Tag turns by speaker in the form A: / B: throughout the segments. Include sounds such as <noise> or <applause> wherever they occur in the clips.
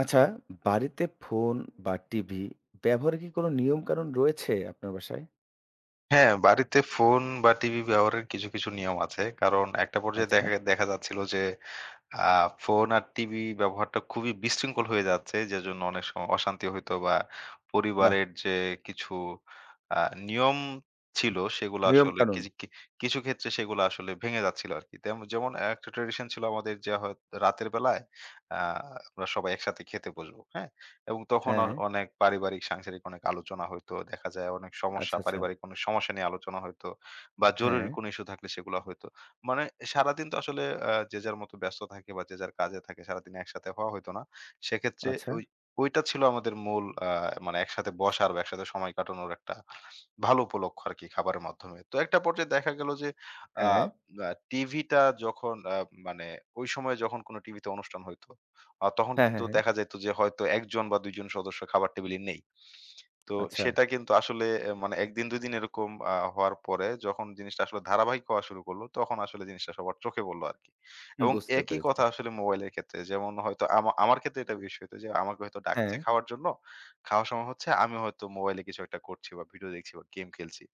A: আচ্ছা, বাড়িতে ফোন বা টিভি ব্যবহারে কি কোনো নিয়মকানুন রয়েছে আপনার বাসায়?
B: হ্যাঁ, বাড়িতে ফোন বা টিভি ব্যবহারের কিছু নিয়ম আছে। কারণ একটা পর্যায়ে
A: আচ্ছা,
B: দেখা দেখা যাচ্ছিল যে আ ফোন আর টিভি ব্যবহারটা খুবই বিশৃঙ্খল হয়ে যাচ্ছে। যেজন্য অনেক সময় অশান্তি হইতো বা
A: বাহ!
B: পরিবারের যে কিছু আ নিয়ম ছিল সেগুলো আসলে
A: নিয়মকানুন।
B: কিজি কি কিছু ক্ষেত্রে সেগুলো আসলে ভেঙে যাচ্ছিল আরকি। তেমন যেমন একটা ট্র্যাডিশন ছিল আমাদের যে হয় রাতের বেলায় আ আমরা সবাই একসাথে খেতে বসবো। হ্যাঁ? এবং তখন
A: হ্যাঁ,
B: অনেক পারিবারিক সাংসারিক অনেক আলোচনা হইতো। দেখা যায় অনেক সমস্যা,
A: আচ্ছা, আচ্ছা।
B: পারিবারিক কোনো সমস্যা নিয়ে আলোচনা হইতো বা
A: হ্যাঁ,
B: জরুরি কোনো ইস্যু থাকলে সেগুলা হইতো। মানে সারাদিন তো আসলে যে যার মতো ব্যস্ত থাকে বা যে যার কাজে থাকে সারাদিন একসাথে হওয়া হইতো না। সেক্ষেত্রে
A: আচ্ছা,
B: ওই ওইটা ছিল আমাদের মূল মানে একসাথে বসার বা একসাথে সময় কাটানোর একটা ভালো উপলক্ষ্য আরকি খাবারের মাধ্যমে। তো একটা পর্যায়ে দেখা গেল যে আ
A: হ্যাঁ,
B: আ টিভিটা যখন মানে ওই সময়ে যখন কোনো টিভিতে অনুষ্ঠান হইতো তখন
A: হ্যাঁ,
B: কিন্তু
A: হ্যাঁ, হ্যাঁ।
B: দেখা যাইত যে হয়তো ১ জন বা ২ জন সদস্য খাবার টেবিলে নেই। তো
A: আচ্ছা,
B: সেটা কিন্তু আসলে মানে ১ দিন ২ দিন এরকম হওয়ার পরে যখন জিনিসটা আসলে ধারাবাহিক হওয়া শুরু করলো, তখন আসলে জিনিসটা সবার চোখে পড়লো আরকি। এবং
A: বুঝতে
B: একই
A: পেরেছি।
B: কথা আসলে মোবাইলের ক্ষেত্রে। যেমন হয়তো আমার ক্ষেত্রে এটা বেশি হইতো যে আমাকে হয়তো ডাকছে
A: হ্যাঁ,
B: খাওয়ার জন্য। খাওয়ার সময় হচ্ছে আমি হয়তো মোবাইলে কিছু একটা করছি বা ভিডিও দেখছি বা গেম খেলছি।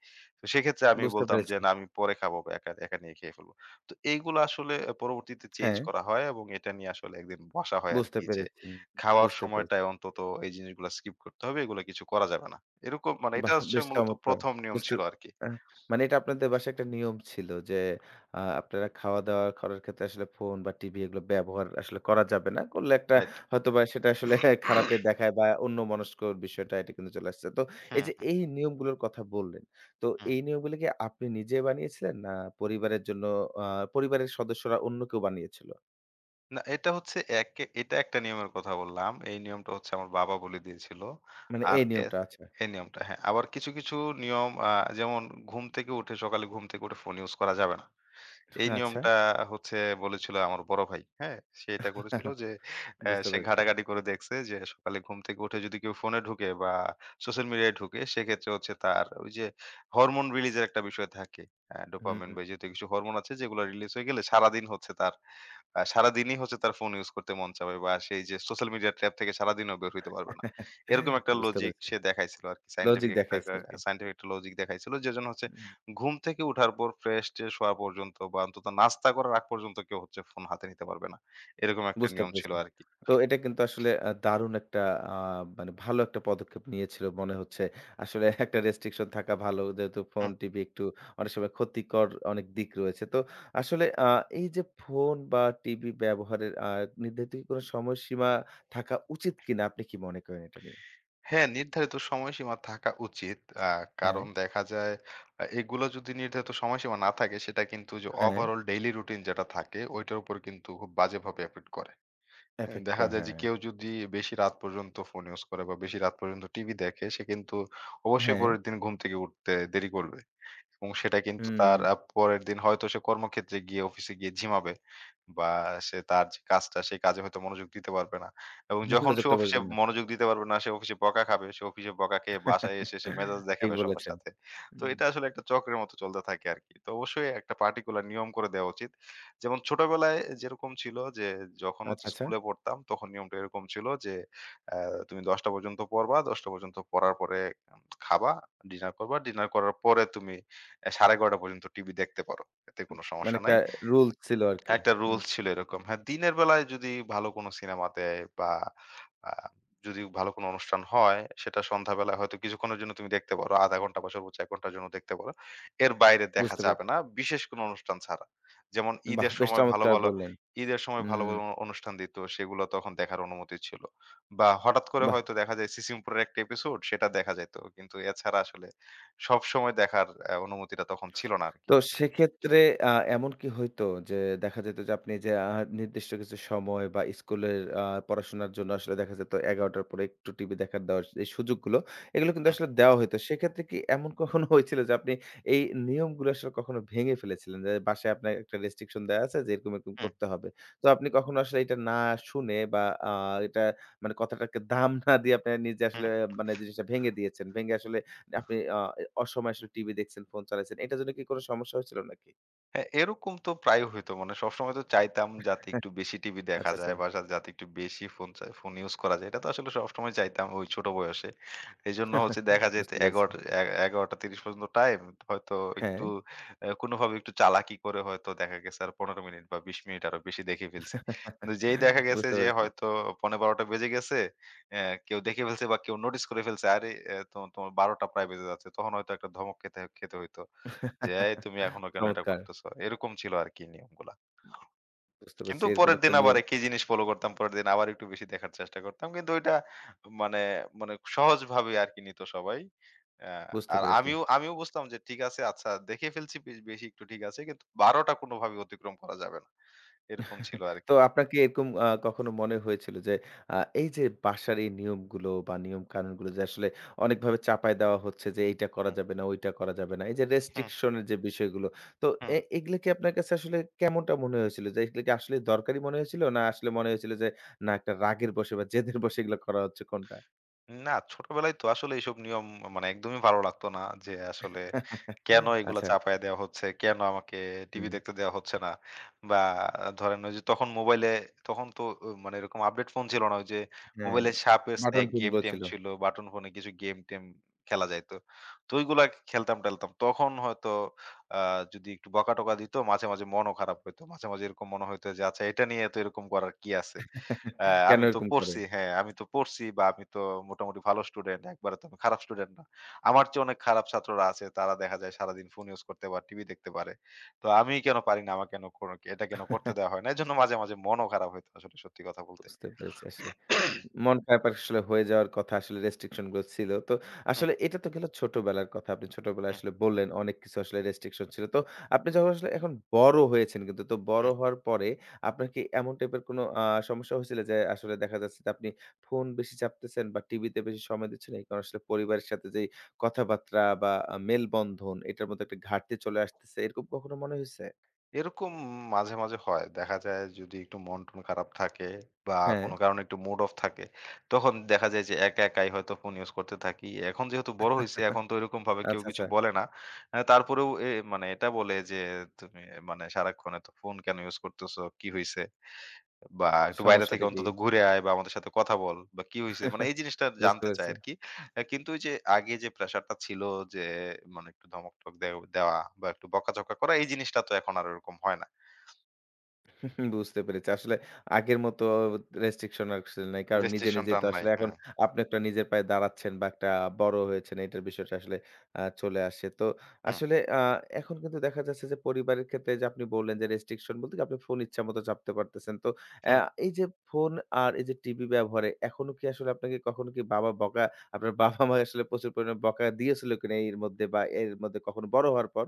B: তো সেক্ষেত্রে আমি
A: বুঝতে
B: বলতাম যে,
A: পেরেছি।
B: "না আমি পরে খাবো বা একা নিয়ে খেয়ে ফেলবো।" তো এইগুলো আসলে পরবর্তীতে চেঞ্জ
A: হ্যাঁ,
B: করা হয় এবং এটা নিয়ে আসলে একদিন বসা হয়
A: বুঝতে
B: আরকি যে
A: পেরেছি,
B: খাওয়ার
A: বুঝতে পেরেছি।
B: সময়টায় অন্তত এই জিনিসগুলা স্কিপ করতে হবে। এগুলা কিছু করা যাবে না। এরকম মানে এটা
A: বাহ!
B: হচ্ছে
A: বেশ
B: মূলত
A: চমৎকার।
B: ১ম নিয়ম
A: বুঝতে
B: ছিল আরকি।
A: আ মানে এটা আপনাদের বাসায় একটা নিয়ম ছিল যে, আপনারা খাওয়া-দাওয়া করার ক্ষেত্রে আসলে ফোন বা টিভি এগুলো ব্যবহার আসলে করা যাবে না। করলে একটা
B: রাইট।
A: হয়তোবা সেটা আসলে <laughs> খারাপে দেখায় বা অন্যমনস্কর বিষয়টা এটা কিন্তু চলে আসছে। তো এই
B: হুম,
A: যে
B: হুম,
A: এই নিয়মগুলোর কথা বললেন, তো
B: হুম।
A: এই নিয়মগুলো কি আপনি নিজে বানিয়েছিলেন? না পরিবারের জন্য আ পরিবারের সদস্যরা অন্য কেউ বানিয়েছিল?
B: না এটা হচ্ছে এটা একটা নিয়মের কথা বললাম। এই নিয়মটা হচ্ছে আমার বাবা বলে দিয়েছিল।
A: মানে
B: আর
A: এই
B: এর
A: নিয়মটা আচ্ছা।
B: এই নিয়মটা হ্যাঁ। আবার কিছু নিয়ম যেমন ঘুম থেকে উঠে সকালে ঘুম থেকে উঠে ফোন ইউজ করা যাবে না। এই
A: আচ্ছা।
B: নিয়মটা হচ্ছে বলেছিল আমার বড় ভাই। হ্যাঁ? সে এটা করেছিল
A: <laughs>
B: যে
A: বুঝতে
B: সে
A: পেরেছি।
B: ঘাটাঘাটি করে দেখছে যে সকালে ঘুম থেকে উঠে যদি কেউ ফোনে ঢুকে বা সোশ্যাল মিডিয়ায় ঢুকে সেক্ষেত্রে হচ্ছে তার ওই যে হরমোন রিলিজ এর একটা বিষয় থাকে। ডোপামিন
A: হুম।
B: বা এই জাতীয় কিছু হরমোন আছে যেগুলো রিলিজ হয়ে গেলে সারাদিনই হচ্ছে তার ফোন ইউজ করতে মন চাবে বা সেই যে সোশ্যাল মিডিয়া ট্র্যাপ থেকে সারাদিনও বের হইতে পারবে না।
A: <laughs>
B: এরকম একটা
A: বুঝতে
B: লজিক
A: পেরেছি।
B: সে দেখাইছিল আরকি।
A: লজিক দেখাইছে আরকি।
B: সায়েন্টিফিক একটা লজিক দেখাইছিল। যেজন্য হচ্ছে ঘুম থেকে উঠার পর ফ্রেশ-ট্রেশ হওয়া পর্যন্ত বা অন্তত নাস্তা করার আগ পর্যন্ত কেউ হচ্ছে ফোন হাতে নিতে পারবে না। এরকম একটা
A: বুঝতে
B: নিয়ম ছিল
A: পেরেছি।
B: আরকি।
A: তো এটা কিন্তু আসলে দারুণ একটা আ মানে ভালো একটা পদক্ষেপ নিয়েছিল মনে হচ্ছে। আসলে একটা রেস্ট্রিকশন থাকা ভালো। যেহেতু ফোন,
B: হুম।
A: টিভি একটু অনেক সময় ক্ষতিকর অনেক দিক রয়েছে। তো আসলে এই যে ফোন বা টিভি ব্যবহারের নির্ধারিত কি কোনো সময়সীমা থাকা উচিত কিনা আপনি কি মনে করেন এটা নিয়ে?
B: হ্যাঁ, নির্ধারিত সময়সীমা থাকা উচিত। আ
A: হ্যাঁ,
B: কারণ দেখা যায় এগুলো যদি নির্ধারিত সময়সীমা না থাকে সেটা কিন্তু যে
A: হ্যাঁ,
B: ওভারঅল ডেইলি রুটিন যেটা থাকে ওইটার উপর কিন্তু খুব বাজেভাবে এফেক্ট করে। হ্যাঁ,
A: এফেক্ট
B: দেখা
A: করে।
B: যায় যে
A: হ্যাঁ,
B: কেউ যদি বেশি রাত পর্যন্ত ফোন ইউজ করে বা বেশি রাত পর্যন্ত টিভি দেখে সে কিন্তু অবশ্যই
A: হ্যাঁ,
B: পরের দিন ঘুম থেকে উঠতে দেরি করবে এবং সেটা কিন্তু
A: হুম।
B: তার পরের দিন হয়তো সে কর্মক্ষেত্রে গিয়ে অফিসে গিয়ে ঝিমাবে বা সে তার যে কাজটা সেই কাজে হয়তো মনোযোগ দিতে পারবে না এবং যখন সে
A: মনোযোগটা
B: অফিসে
A: বসবে না।
B: মনোযোগ দিতে পারবে না সে অফিসে বকা খাবে সে অফিসে বকা খেয়ে বাসায় এসে সে মেজাজ
A: ঠিক
B: দেখাবে সবার
A: বলেছেন।
B: সাথে। তো
A: হুম।
B: এটা আসলে একটা চক্রের মতো চলতে থাকে আর কি, তো অবশ্যই একটা পার্টিকুলার নিয়ম করে দেওয়া উচিত। যেমন ছোটবেলায় যেরকম ছিল যে যখন
A: আচ্ছা,
B: হচ্ছে
A: আচ্ছা।
B: স্কুলে পড়তাম তখন নিয়মটা এরকম ছিল যে তুমি দশটা পর্যন্ত পড়বা, দশটা পর্যন্ত পড়ার পরে খাবা, ডিনার করবা, ডিনার করার পরে তুমি সাড়ে এগারোটা পর্যন্ত টিভি দেখতে পারো, এতে কোনো
A: মানে
B: সমস্যা নাই।
A: একটা রুলস ছিল আরকি।
B: একটা
A: হুম।
B: রুলস ছিল এরকম। হ্যাঁ, দিনের বেলায় যদি ভালো কোনো সিনেমা দেয় বা আ যদি ভালো কোনো অনুষ্ঠান হয়, সেটা সন্ধ্যাবেলায় হয়তো কিছুক্ষণের জন্য তুমি দেখতে পারো। ০.৫ ঘন্টা বা সর্বোচ্চ ১ ঘন্টার জন্য দেখতে পারো। এর বাইরে দেখা
A: বুঝতে
B: যাবে
A: পেরেছি।
B: না, বিশেষ কোনো অনুষ্ঠান ছাড়া। যেমন
A: বাহ! বেশ চমৎকার বললেন।
B: ঈদের সময় ভালো,
A: হুম,
B: ভালো অনুষ্ঠান দিত, সেগুলো তখন দেখার অনুমতি ছিল। বা হঠাৎ করে
A: বাহ!
B: হয়তো দেখা যায় সিসিমপুরের একটা এপিসোড, সেটা দেখা যাইত। কিন্তু এছাড়া আসলে সবসময় দেখার অনুমতিটা তখন ছিল না আরকি।
A: তো সেক্ষেত্রে আ এমন কি হইতো যে দেখা যেত যে আপনি যে নির্দিষ্ট কিছু সময় বা স্কুলের পড়াশোনার জন্য আসলে দেখা যেত ১১ টার পরে একটু টিভি দেখার দেওয়ার এই সুযোগগুলো এগুলো কিন্তু
B: হুম,
A: আসলে দেওয়া হইতো। সেক্ষেত্রে কি এমন <laughs> কখনো হয়েছিল যে আপনি এই নিয়মগুলো আসলে কখনো ভেঙে ফেলেছিলেন? যে বাসায় আপনার একটা রেস্ট্রিকশন দেয়া আছে যে এরকম, এরকম
B: হুম,
A: করতে হবে। তো আপনি কখনো আসলে এটা না শুনে বা আ এটা মানে কথাটাকে দাম না দিয়ে আপনি নিজে আসলে
B: হুম।
A: মানে জিনিসটা ভেঙে দিয়েছেন। ভেঙে আসলে আপনি অসময়ে আসলে টিভি দেখছেন, ফোন চালাইছেন। এটার জন্য কি কোনো সমস্যা হয়েছিল নাকি?
B: হ্যাঁ, এরকম তো প্রায় হইতো। মানে সবসময় তো চাইতাম যাতে একটু বেশি টিভি দেখা
A: আচ্ছা,
B: যায়
A: আচ্ছা।
B: বা যাতে যাতে একটু বেশি ফোন ইউজ করা যায়। এটা তো আসলে সবসময় চাইতাম ওই ছোট বয়সে। এজন্য হচ্ছে দেখা যেত
A: বুঝতে পেরেছি।
B: ১১টা এ ১১:৩০ পর্যন্ত টাইম। হয়তো
A: হ্যাঁ,
B: একটু কোনোভাবে একটু চালাকি করে হয়তো দেখা গেছে আর ১৫ মিনিট বা ২০ মিনিট আরো বেশি দেখে ফেলছি। কিন্তু যেই দেখা গেছে
A: বুঝতে
B: যে
A: পেরেছি।
B: হয়তো ১৫:১২টা বেজে গেছে, অ্যা কেউ দেখে ফেলছে বা কেউ নোটিস করে ফেলছে, "আরে তো তোমার ১২টা প্রায় বেজে যাচ্ছে।" তখন হয়তো একটা ধমক খেতে খেতে হইতো। যে, "এই তুমি এখনো কেন এটা
A: চমৎকার!
B: করতেছো?" এরকম ছিল আরকি নিয়মগুলা।
A: বুঝতে পেরেছি।
B: কিন্তু
A: এরকম
B: পরের দিন
A: একটা
B: আবার
A: নিয়ম
B: একই জিনিস ফলো করতাম। পরের দিন আবার একটু বেশি দেখার চেষ্টা করতাম। কিন্তু ওইটা মানে মানে সহজভাবে আরকি নিত সবাই। আ
A: বুঝতে
B: আর
A: পেরেছি।
B: আমিও আমিও বুঝতাম যে ঠিক আছে আচ্ছা দেখে ফেলছি বেশি একটু ঠিক আছে। কিন্তু ১২ টা কোনোভাবে অতিক্রম করা যাবে না। এরকম ছিল আরকি।
A: তো আপনাকে এরকম কখনো মনে হয়েছিল যে এই যে বাসার এই নিয়মগুলো বা নিয়ম কানুনগুলো যে আসলে অনেকভাবে চাপায় দেওয়া হচ্ছে যে এইটা করা
B: হুম,
A: যাবে না, ওইটা করা যাবে না। এই যে
B: হুম,
A: রেস্ট্রিকশন এর যে বিষয়গুলো। তো
B: হুম।
A: এগুলো কি আপনার কাছে আসলে কেমনটা মনে হয়েছিল? যে এগুলো কি আসলে দরকারি মনে হয়েছিল? না আসলে মনে হয়েছিল যে না একটা রাগের বশে বা জেদের বশে এগুলো করা হচ্ছে কোনটা?
B: না, ছোটবেলায় তো আসলে এইসব নিয়ম মানে একদমই ভালো লাগতো না। যে আসলে কেন
A: <laughs>
B: এগুলা
A: আচ্ছা।
B: চাপায়া দেওয়া হচ্ছে? কেন আমাকে টিভি
A: হুম।
B: দেখতে দেওয়া হচ্ছে না? বা ধরেন ওই যে তখন মোবাইলে, তখন তো মানে এরকম আপডেট ফোন ছিল না। ওই যে
A: হ্যাঁ,
B: মোবাইলে সাপের
A: বাটন
B: স্নেক
A: ফোন গুলো
B: গেম-টেম
A: ছিল।
B: ছিল। বাটন ফোনে কিছু গেম-টেম খেলা যাইতো। তো ওইগুলা খেলতাম-টেলতাম। তখন হয়তো আ যদি একটু বকা-টকা দিত মাঝে মাঝে মনও খারাপ হইতো। মাঝে মাঝে এরকম মনে হইতো যে আচ্ছা এটা নিয়ে এত এরকম করার কি আছে? হ্যাঁ,
A: <laughs> কেন এরকম করে?
B: হ্যাঁ, আমি তো পড়ছি বা আমি তো মোটামুটি ভালো স্টুডেন্ট। একবারে তো আমি খারাপ স্টুডেন্ট না। আমার চেয়ে অনেক খারাপ ছাত্ররা আছে। তারা দেখা যায় সারাদিন ফোন ইউজ করতে পারে, টিভি দেখতে পারে। তো আমি কেন পারি না? আমার কেন কোন এটা কেন করতে দেওয়া
A: <laughs>
B: হয় না? এজন্য মাঝে মাঝে মনও খারাপ হইতো আসলে সত্যি কথা বলতে।
A: বুঝতে পেরেছি আসলে। মন খারাপ আসলে হয়ে যাওয়ার কথা আসলে রেস্ট্রিকশন গুলো ছিল। তো
B: হুম,
A: আসলে এটা তো গেল ছোটবেলার কথা। আপনি ছোটবেলায়
B: হুম,
A: আসলে বললেন অনেক কিছু আসলে রেস্ট্রিকশন ছিল। তো আপনি যখন আসলে এখন বড় হয়েছেন কিন্তু তো বড়
B: হুম।
A: হওয়ার পরে আপনার কি এমন টাইপের কোনো সমস্যা হয়েছিল যে আসলে দেখা যাচ্ছে যে আপনি ফোন বেশি চাপতেছেন বা টিভিতে বেশি সময় দিচ্ছেন এই কারণে আসলে পরিবারের সাথে যেই কথাবার্তা বা মেলবন্ধন এটার মধ্যে একটা ঘাটতি চলে আসতেছে এরকম কখনো মনে হয়েছে?
B: এরকম মাঝে মাঝে হয়। দেখা যায় যদি একটু মন-টন খারাপ থাকে বা
A: হ্যাঁ।
B: কোনো কারণে একটু মুড অফ থাকে, তখন দেখা যায় যে একাই হয়তো ফোন ইউজ করতে থাকি। এখন যেহেতু বড় হইছি, এখন তো এরকমভাবে কেউ
A: আচ্ছা,
B: কিছু
A: আচ্ছা।
B: বলে না। তারপরেও মানে এটা বলে যে, "তুমি মানে সারাক্ষণ এত ফোন কেন ইউজ করতেছো? কি হইছে? বা একটু বাইরে থেকে
A: সমস্যাটা কি?
B: অন্তত ঘুরে আয় বা আমাদের সাথে কথা বল বা কি হইছে?" মানে এই
A: <laughs>
B: জিনিসটা
A: বুঝতে
B: জানতে চায়
A: পারছি।
B: আরকি। কিন্তু ওই যে আগে যে প্রেশারটা ছিল যে মানে একটু ধমক-টমক দে দেওয়া বা একটু বকাঝকা করা, এই জিনিসটা তো এখন আর ওরকম হয় না।
A: হুম, বুঝতে পেরেছি। আসলে আগের মতো রেস্ট্রিকশন আসলে নাই। কারণ নিজে, নিজে
B: রেস্ট্রিকশনটা আর
A: তো
B: নাই।
A: আসলে এখন
B: হ্যাঁ।
A: আপনি একটা নিজের পায়ে দাঁড়াচ্ছেন বা একটা বড় হয়েছেন এটার বিষয়টা আসলে চলে আসে। তো
B: হুম,
A: আসলে এখন কিন্তু দেখা যাচ্ছে যে পরিবারের ক্ষেত্রে যে আপনি বললেন যে রেস্ট্রিকশন বলতে কি আপনি ফোন ইচ্ছামত চাপতে পারতেছেন। তো অ্যা
B: হুম।
A: এই যে ফোন আর এই যে টিভি ব্যবহারে এখনো কি আসলে আপনাকে কখনো কি বাবা বকা আপনার বাবা-মা আসলে প্রচুর পরিমাণে বকা দিয়েছিল কিনা এর মধ্যে বা এর মধ্যে কখনো বড় হওয়ার পর?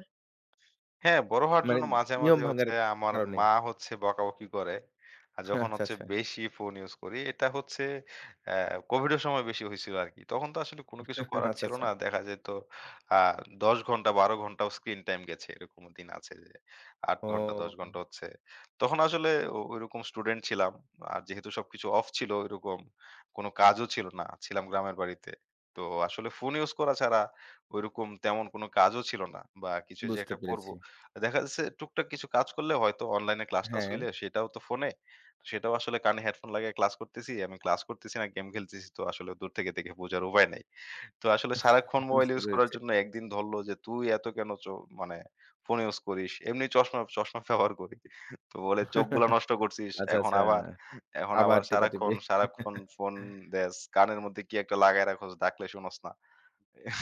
B: হ্যাঁ, বড় হওয়ার
A: মানে
B: জন্য মাঝে,
A: নিয়ম
B: মাঝে
A: ভাঙার
B: হচ্ছে আমার
A: কারণে?
B: মা হচ্ছে বকাবকি করে। আর যখন
A: আচ্ছা,
B: হচ্ছে
A: আচ্ছা।
B: বেশি ফোন ইউজ করি, এটা হচ্ছে অ্যা কোভিডের সময় বেশি হইছিল আরকি। তখন তো আসলে কোনো কিছু করার
A: আচ্ছা,
B: ছিল
A: আচ্ছা।
B: না। দেখা যেত আ ১০ ঘন্টা ১২ ঘন্টাও স্ক্রিন টাইম গেছে। এরকম দিন আছে যে ৮ ঘন্টা ১০
A: ও
B: ঘন্টা হচ্ছে। তখন আসলে ওইরকম স্টুডেন্ট ছিলাম। আর যেহেতু সবকিছু অফ ছিল ওইরকম কোনো কাজও ছিল না। ছিলাম গ্রামের বাড়িতে। তো আসলে ফোন ইউজ করা ছাড়া ওইরকম তেমন কোনো কাজও ছিল না বা কিছু যে
A: বুঝতে
B: একটা করব।
A: পেরেছি।
B: দেখা যাচ্ছে টুকটাক কিছু কাজ করলে হয়তো অনলাইনে ক্লাস-টাস
A: হ্যাঁ,
B: হইলে সেটাও তো ফোনে। সেটাও আসলে কানে হেডফোন লাগিয়ে ক্লাস করতেছি। আমি ক্লাস করতেছি না গেম খেলতেছি তো আসলে দূর থেকে দেখে বোঝার উপায় নাই। তো আসলে সারাক্ষণ মোবাইল
A: বুঝতে
B: ইউজ করার
A: পেরেছি।
B: জন্য একদিন ধরল যে, "তুই এত কেন মানে ফোন ইউজ করিস? এমনি চশমা চশমা ব্যবহার করি।" তো বলে, "চোখগুলা নষ্ট করছিস।
A: আচ্ছা,
B: এখন
A: আচ্ছা।
B: আবার এখন আবার
A: আবার টেপাটেপি।
B: সারাক্ষণ সারাক্ষণ ফোন দেস। কানের মধ্যে কি একটা লাগায় রাখোস, ডাকলে শুনোস না।"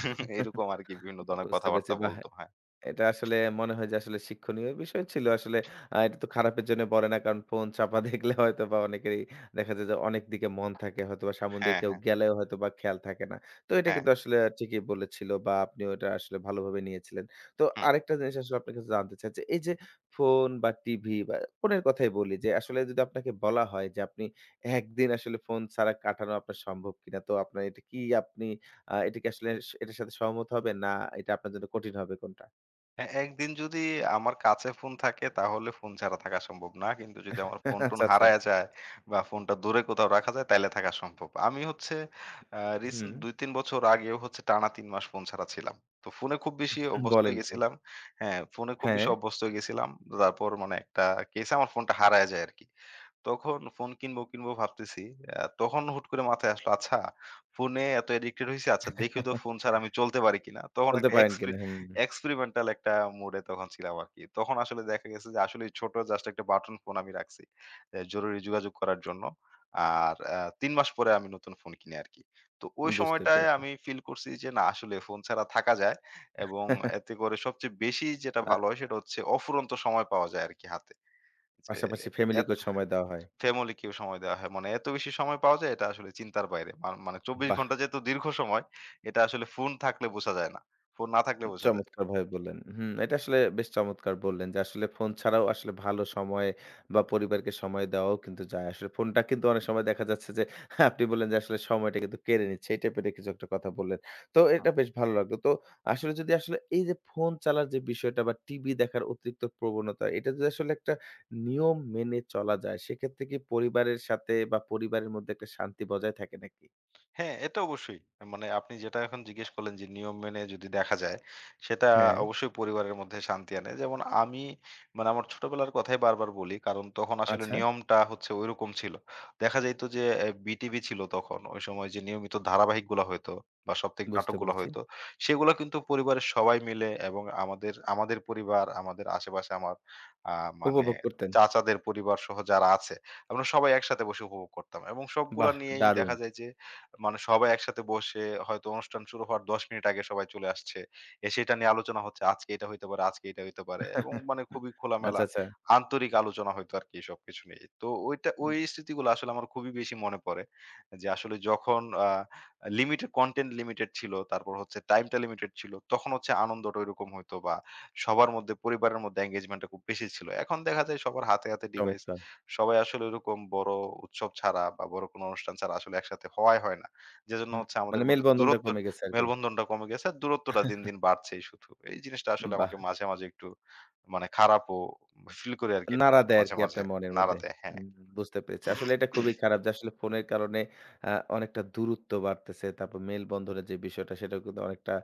A: <laughs>
B: এরকম আরকি বিভিন্ন ধরনের
A: বুঝতে পেরেছি।
B: কথাবার্তা
A: বাহ!
B: বলত। হ্যাঁ।
A: এটা আসলে মনে হয় যে আসলে শিক্ষণীয় বিষয় ছিল। আসলে এটা তো খারাপের জন্য বলে না। কারণ ফোন চাপা দেখলে হয়তোবা অনেকেরই দেখা যায় যে অনেক দিকে মন থাকে। হয়তোবা সামন দিয়ে
B: হ্যাঁ,
A: কেউ
B: হ্যাঁ,
A: গেলেও হয়তোবা খেয়াল থাকে না। তো এটা
B: হ্যাঁ।
A: কিন্তু আসলে ঠিকই বলেছিল বা আপনিও এটা আসলে ভালোভাবে নিয়েছিলেন। তো আরেকটা জিনিস আসলে আপনার কাছে জানতে চাই যে এই যে ফোন বা টিভি বা ফোনের কথাই বলি যে আসলে যদি আপনাকে বলা হয় যে আপনি একদিন আসলে ফোন ছাড়া কাটানো আপনার সম্ভব কিনা? তো আপনার এটা কি আপনি এটা কি আসলে এটার সাথে সহমত হবেন? না এটা আপনার জন্য কঠিন হবে কোনটা?
B: হ্যাঁ, একদিন যদি আমার কাছে ফোন থাকে তাহলে ফোন ছাড়া থাকা সম্ভব না। কিন্তু যদি আমার ফোন-টোন
A: আচ্ছা, আচ্ছা।
B: হারায়া যায় বা ফোনটা দূরে কোথাও রাখা যায় তাইলে থাকা সম্ভব। আমি হচ্ছে আ রিসেন্ট
A: হুম।
B: ২-৩ বছর আগেও হচ্ছে টানা ৩ মাস ফোন ছাড়া ছিলাম। তো ফোনে খুব বেশি অভ্যস্ত হয়ে
A: বলেন কি?
B: গেছিলাম। হ্যাঁ, ফোনে খুব
A: হ্যাঁ।
B: বেশি অভ্যস্ত হয়ে গেছিলাম। তারপর মানে একটা কেসে আমার ফোনটা হারায় যায় আরকি। তখন ফোন কিনবো ভাবতেছি। তখন হুট করে মাথায় আসলো, আচ্ছা ফোনে এত অ্যাডিক্টেড হইছি, আচ্ছা দেখি তো ফোন ছাড়া আমি চলতে পারি কিনা। তখন
A: চলতে
B: একটা
A: পারেন কিনা? হুম,
B: এক্সপেরিমেন্টাল একটা মুড এ তখন ছিলাম আরকি। তখন আসলে দেখা গেছে যে আসলেই ছোট জাস্ট একটা বাটন ফোন আমি রাখছি। এ জরুরি যোগাযোগ করার জন্য। আর ৩ মাস পরে আমি নতুন ফোন কিনি আরকি। তো ওই
A: বুঝতে
B: সময়টায়
A: পেরেছি।
B: আমি ফিল করছি যে না আসলে ফোন ছাড়া থাকা যায় এবং এতে করে সবচেয়ে বেশি যেটা ভালো
A: আ
B: হয় সেটা হচ্ছে অফুরন্ত সময় পাওয়া যায় আরকি হাতে। যে
A: পাশাপাশি
B: এত
A: ফ্যামিলিকেও সময় দেওয়া হয়।
B: ফ্যামিলিকেও সময় দেওয়া হয়। মানে এত বেশি সময় পাওয়া যায় এটা আসলে চিন্তার বাইরে। মানে ২৪
A: বাহ!
B: ঘন্টা যেহেতু দীর্ঘ সময়, এটা আসলে ফোন থাকলে বোঝা যায় না। ফোন না থাকলে বোঝা যায়।
A: চমৎকারভাবে বললেন। হুম, এটা আসলে বেশ চমৎকার বললেন যে, আসলে ফোন ছাড়াও আসলে ভালো সময় বা পরিবারকে সময় দেওয়াও কিন্তু যায়। আসলে ফোনটা কিন্তু অনেক সময় দেখা যাচ্ছে যে, <laughs> আপনি বললেন যে, আসলে সময়টা কিন্তু কেড়ে নিচ্ছে। এই টাইপের কিছু একটা কথা বললেন। তো এটা বেশ ভালো লাগলো। তো আসলে যদি আসলে এই যে ফোন চালার যে বিষয়টা বা টিভি দেখার অতিরিক্ত প্রবণতা, এটা যদি আসলে একটা নিয়ম মেনে চলা যায়, সেক্ষেত্রে কি পরিবারের সাথে বা পরিবারের মধ্যে একটা শান্তি বজায় থাকে নাকি?
B: হ্যাঁ, এটা অবশ্যই। মানে আপনি যেটা এখন জিজ্ঞেস করলেন যে নিয়ম মেনে যদি দেখা যায়, সেটা
A: হ্যাঁ।
B: অবশ্যই পরিবারের মধ্যে শান্তি আনে। যেমন আমি মানে আমার ছোটবেলার কথাই বারবার বলি। কারণ তখন আসলে
A: আচ্ছা,
B: নিয়মটা হচ্ছে ঐরকম ছিল। দেখা যাইত যে এ বিটিভি ছিল তখন। ওই সময় যে নিয়মিত ধারাবাহিকগুলা হইতো বা সাপ্তাহিক
A: বুঝতে
B: নাটকগুলা
A: পেরেছি।
B: হইতো, সেগুলা কিন্তু পরিবারের সবাই মিলে এবং আমাদের আমাদের পরিবার, আমাদের আশেপাশে আমার আ মানে
A: উপভোগ করতেন।
B: চাচাদের পরিবারসহ যারা আছে, আমরা সবাই একসাথে বসে উপভোগ করতাম। এবং সবগুলা
A: বাহ!
B: নিয়েই
A: দারুণ।
B: দেখা যায় যে মানে সবাই একসাথে বসে হয়তো অনুষ্ঠান শুরু হওয়ার ১০ মিনিট আগে সবাই চলে আসছে। এসে এটা নিয়ে আলোচনা হচ্ছে। আজকে এটা হইতে পারে, আজকে এটা হইতে পারে এবং মানে খুবই খোলামেলা
A: আচ্ছা, আচ্ছা।
B: আন্তরিক আলোচনা হইতো আরকি সবকিছু নিয়ে। তো ওইটা
A: হুম,
B: ওই স্মৃতিগুলো আসলে আমার খুবই বেশি মনে পড়ে। যে আসলে যখন লিমিটেড কনটেন্ট লিমিটেড ছিল, তারপর হচ্ছে টাইমটা লিমিটেড ছিল। তখন হচ্ছে আনন্দটা ঐরকম হইতো বা সবার মধ্যে পরিবারের মধ্যে এনগেজমেন্টটা খুব বেশি ছিল। এখন দেখা যায় সবার হাতে, হাতে ডিভাইস।
A: চমৎকার।
B: সবাই আসলে ওইরকম বড় উৎসব ছাড়া বা বড় কোনো অনুষ্ঠান ছাড়া আসলে একসাথে হওয়াই হয় না। যেজন্য
A: হুম,
B: হচ্ছে আমাদের
A: মানে
B: মধ্যে
A: মেলবন্ধনটা
B: দূরত্ব
A: কমে গেছে আরকি।
B: মেলবন্ধনটা কমে গেছে। আর দূরত্বটা দিন, দিন বাড়ছেই শুধু। এই জিনিসটা আসলে
A: বাহ!
B: আমাকে মাঝে, মাঝে একটু মানে খারাপও ফিল করি আরকি।
A: নাড়া দেয়
B: মাঝে,
A: আরকি
B: মাঝে
A: আপনার মনের
B: নাড়া
A: মধ্যে।
B: দেয়। হ্যাঁ।
A: হুম, বুঝতে পেরেছি। আসলে এটা খুবই খারাপ যে আসলে ফোনের কারণে অনেকটা দূরত্ব বাড়তেছে। তারপর মেলবন্ধনের যে বিষয়টা সেটাও কিন্তু অনেকটা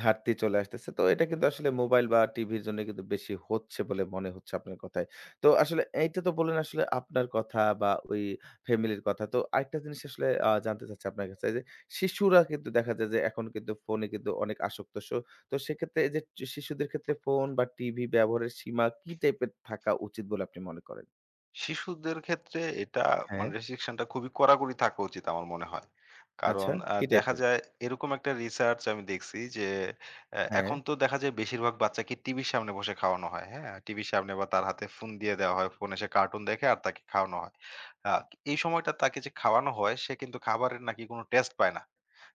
A: ঘাটতি চলে আসতেছে। তো এটা কিন্তু আসলে মোবাইল বা টিভির জন্য কিন্তু বেশি হচ্ছে বলে মনে হচ্ছে আপনার কথায়। তো আসলে এইটা তো বললেন আসলে আপনার কথা বা ওই ফ্যামিলির কথা। তো আরেকটা জিনিস আসলে জানতে চাচ্ছি আপনার কাছে যে শিশুরা কিন্তু দেখা যায় যে এখন কিন্তু ফোনে কিন্তু অনেক আসক্ত। সো তো সেক্ষেত্রে এই যে শিশুদের ক্ষেত্রে ফোন বা টিভি ব্যবহারের সীমা কি টাইপের থাকা উচিত বলে আপনি মনে করেন?
B: শিশুদের ক্ষেত্রে এটা
A: হ্যাঁ।
B: মানে রেস্ট্রিকশনটা খুবই কড়াকড়ি থাকা উচিত আমার মনে হয়। কারণ
A: আচ্ছা, কি
B: দেখা
A: টাইপের?
B: যায় এরকম একটা রিসার্চ আমি দেখছি যে
A: হ্যাঁ।
B: এখন তো দেখা যায় বেশিরভাগ বাচ্চাকে টিভির সামনে বসে খাওয়ানো হয়, হ্যাঁ? টিভির সামনে বা তার হাতে ফোন দিয়ে দেওয়া হয়। ফোনে সে কার্টুন দেখে আর তাকে খাওয়ানো হয়। আ এই সময়টা তাকে যে খাওয়ানো হয় সে কিন্তু খাবারের নাকি কোনো টেস্ট পায় না।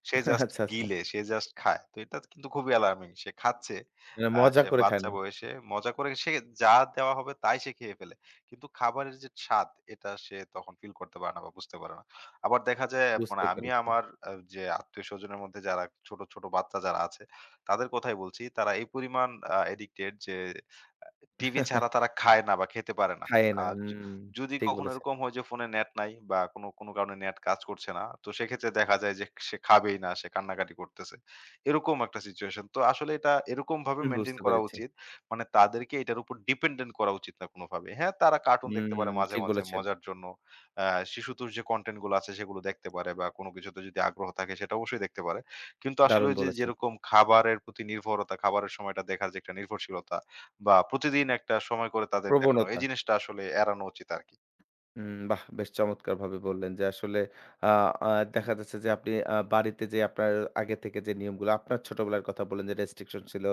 B: সে জাস্ট
A: আচ্ছা, আচ্ছা।
B: গিলে, সে জাস্ট খায়। তো এটা কিন্তু খুবই অ্যালার্মিং। সে খাচ্ছে,
A: মানে মজা
B: সে
A: করে খায়
B: বাচ্চা
A: না।
B: বয়সে মজা করে সে যা দেওয়া হবে তাই সে খেয়ে ফেলে। কিন্তু খাবারের যে স্বাদ এটা সে তখন ফিল করতে পারে না বা বুঝতে পারে না। আবার দেখা যায় মানে
A: বুঝতে
B: আমি
A: পেরেছি।
B: আমার যে আত্মীয়স্বজনের মধ্যে যারা ছোট, ছোট বাচ্চা যারা আছে তাদের কথাই বলছি। তারা এই পরিমাণ এডিক্টেড যে আ টিভি ছাড়া তারা খায় না বা খেতে পারে না।
A: খায় না।
B: আর য
A: হুম,
B: যদি
A: ঠিক
B: কখনো
A: বলেছেন।
B: এরকম হয় যে ফোনে নেট নাই বা কোনো, কোনো কারণে নেট কাজ করছে না, তো সেক্ষেত্রে দেখা যায় যে সে খাবেই না, সে কান্নাকাটি করতেছে। এরকম একটা সিচুয়েশন। তো আসলে এটা এরকমভাবে
A: হুম,
B: মেইনটেইন
A: বুঝতে
B: করা
A: পেরেছি।
B: উচিত মানে তাদেরকে এটার উপর ডিপেন্ডেন্ট করা উচিত না কোনোভাবে। হ্যাঁ, তারা কার্টুন দেখতে পারে
A: হুম,
B: মাঝে,
A: ঠিক
B: মাঝে
A: বলেছেন।
B: মজার জন্য। আ শিশুতোষ যে কনটেন্ট গুলো আছে সেগুলো দেখতে পারে বা কোনো কিছুতে যদি আগ্রহ থাকে সেটা অবশ্যই দেখতে পারে। কিন্তু আসলে
A: দারুণ
B: ওই যে
A: বলেছেন।
B: যেরকম খাবারের প্রতি নির্ভরতা, খাবারের সময়টা দেখার যে একটা নির্ভরশীলতা বা প্রতিদিন একটা সময় করে তাদের দেখানো, এই
A: প্রবণতা।
B: জিনিসটা আসলে এড়ানো উচিত আরকি।
A: হুম, বাহ! বেশ চমৎকারভাবে বললেন যে আসলে আ আ দেখা যাচ্ছে যে আপনি বাড়িতে যে আপনার আগে থেকে যে নিয়মগুলো আপনার ছোটবেলার কথা বললেন যে রেস্ট্রিকশন ছিল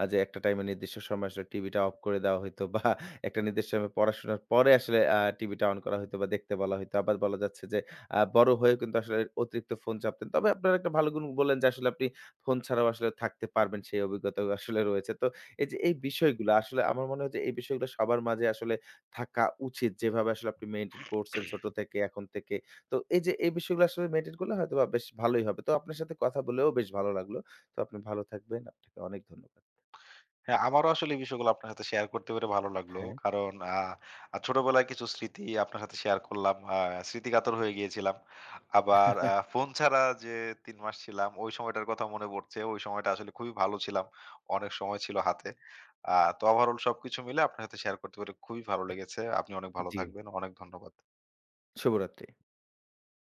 A: যে একটা টাইমে নির্দিষ্ট সময় আসলে টিভিটা অফ করে দেওয়া হইতো বা একটা নির্দিষ্ট সময় পড়াশোনার পরে আসলে টিভিটা অন করা হইতো বা দেখতে বলা হইতো। আবার বলা যাচ্ছে যে বড় হয়েও কিন্তু আসলে অতিরিক্ত ফোন চাপতেন। তবে আপনার একটা ভালো গুণ বললেন যে আসলে আপনি ফোন ছাড়াও আসলে থাকতে পারবেন সেই অভিজ্ঞতাও আসলে রয়েছে। তো এই যে এই বিষয়গুলো আসলে আমার মনে হয় যে এই বিষয়গুলো সবার মাঝে আসলে থাকা উচিত। যেভাবে আসলে আপনি মেইনটেইন করছেন ছোট থেকে এখন থেকে। তো এই যে এই বিষয়গুলো আসলে মেইনটেইন করলে হয়তোবা বেশ ভালোই হবে। তো আপনার সাথে কথা বলেও বেশ ভালো লাগলো। তো আপনি ভালো থাকবেন। আপনাকে অনেক ধন্যবাদ।
B: হ্যাঁ, আমারও আসলে এই বিষয়গুলো আপনার সাথে শেয়ার করতে পেরে ভালো লাগলো।
A: হ্যাঁ।
B: কারণ আ আ ছোটবেলায় কিছু স্মৃতি আপনার সাথে শেয়ার করলাম। স্মৃতিকাতর হয়ে গিয়েছিলাম। আবার
A: <laughs>
B: ফোন ছাড়া যে ৩ মাস ছিলাম, ওই সময়টার কথা মনে পড়ছে। ওই সময়টা আসলে খুবই ভালো ছিলাম। অনেক সময় ছিল হাতে। তো ওভারঅল সবকিছু মিলে আপনার সাথে শেয়ার করতে পেরে খুবই ভালো লেগেছে। আপনি অনেক ভালো
A: জি।
B: থাকবেন। অনেক ধন্যবাদ।
A: শুভরাত্রি।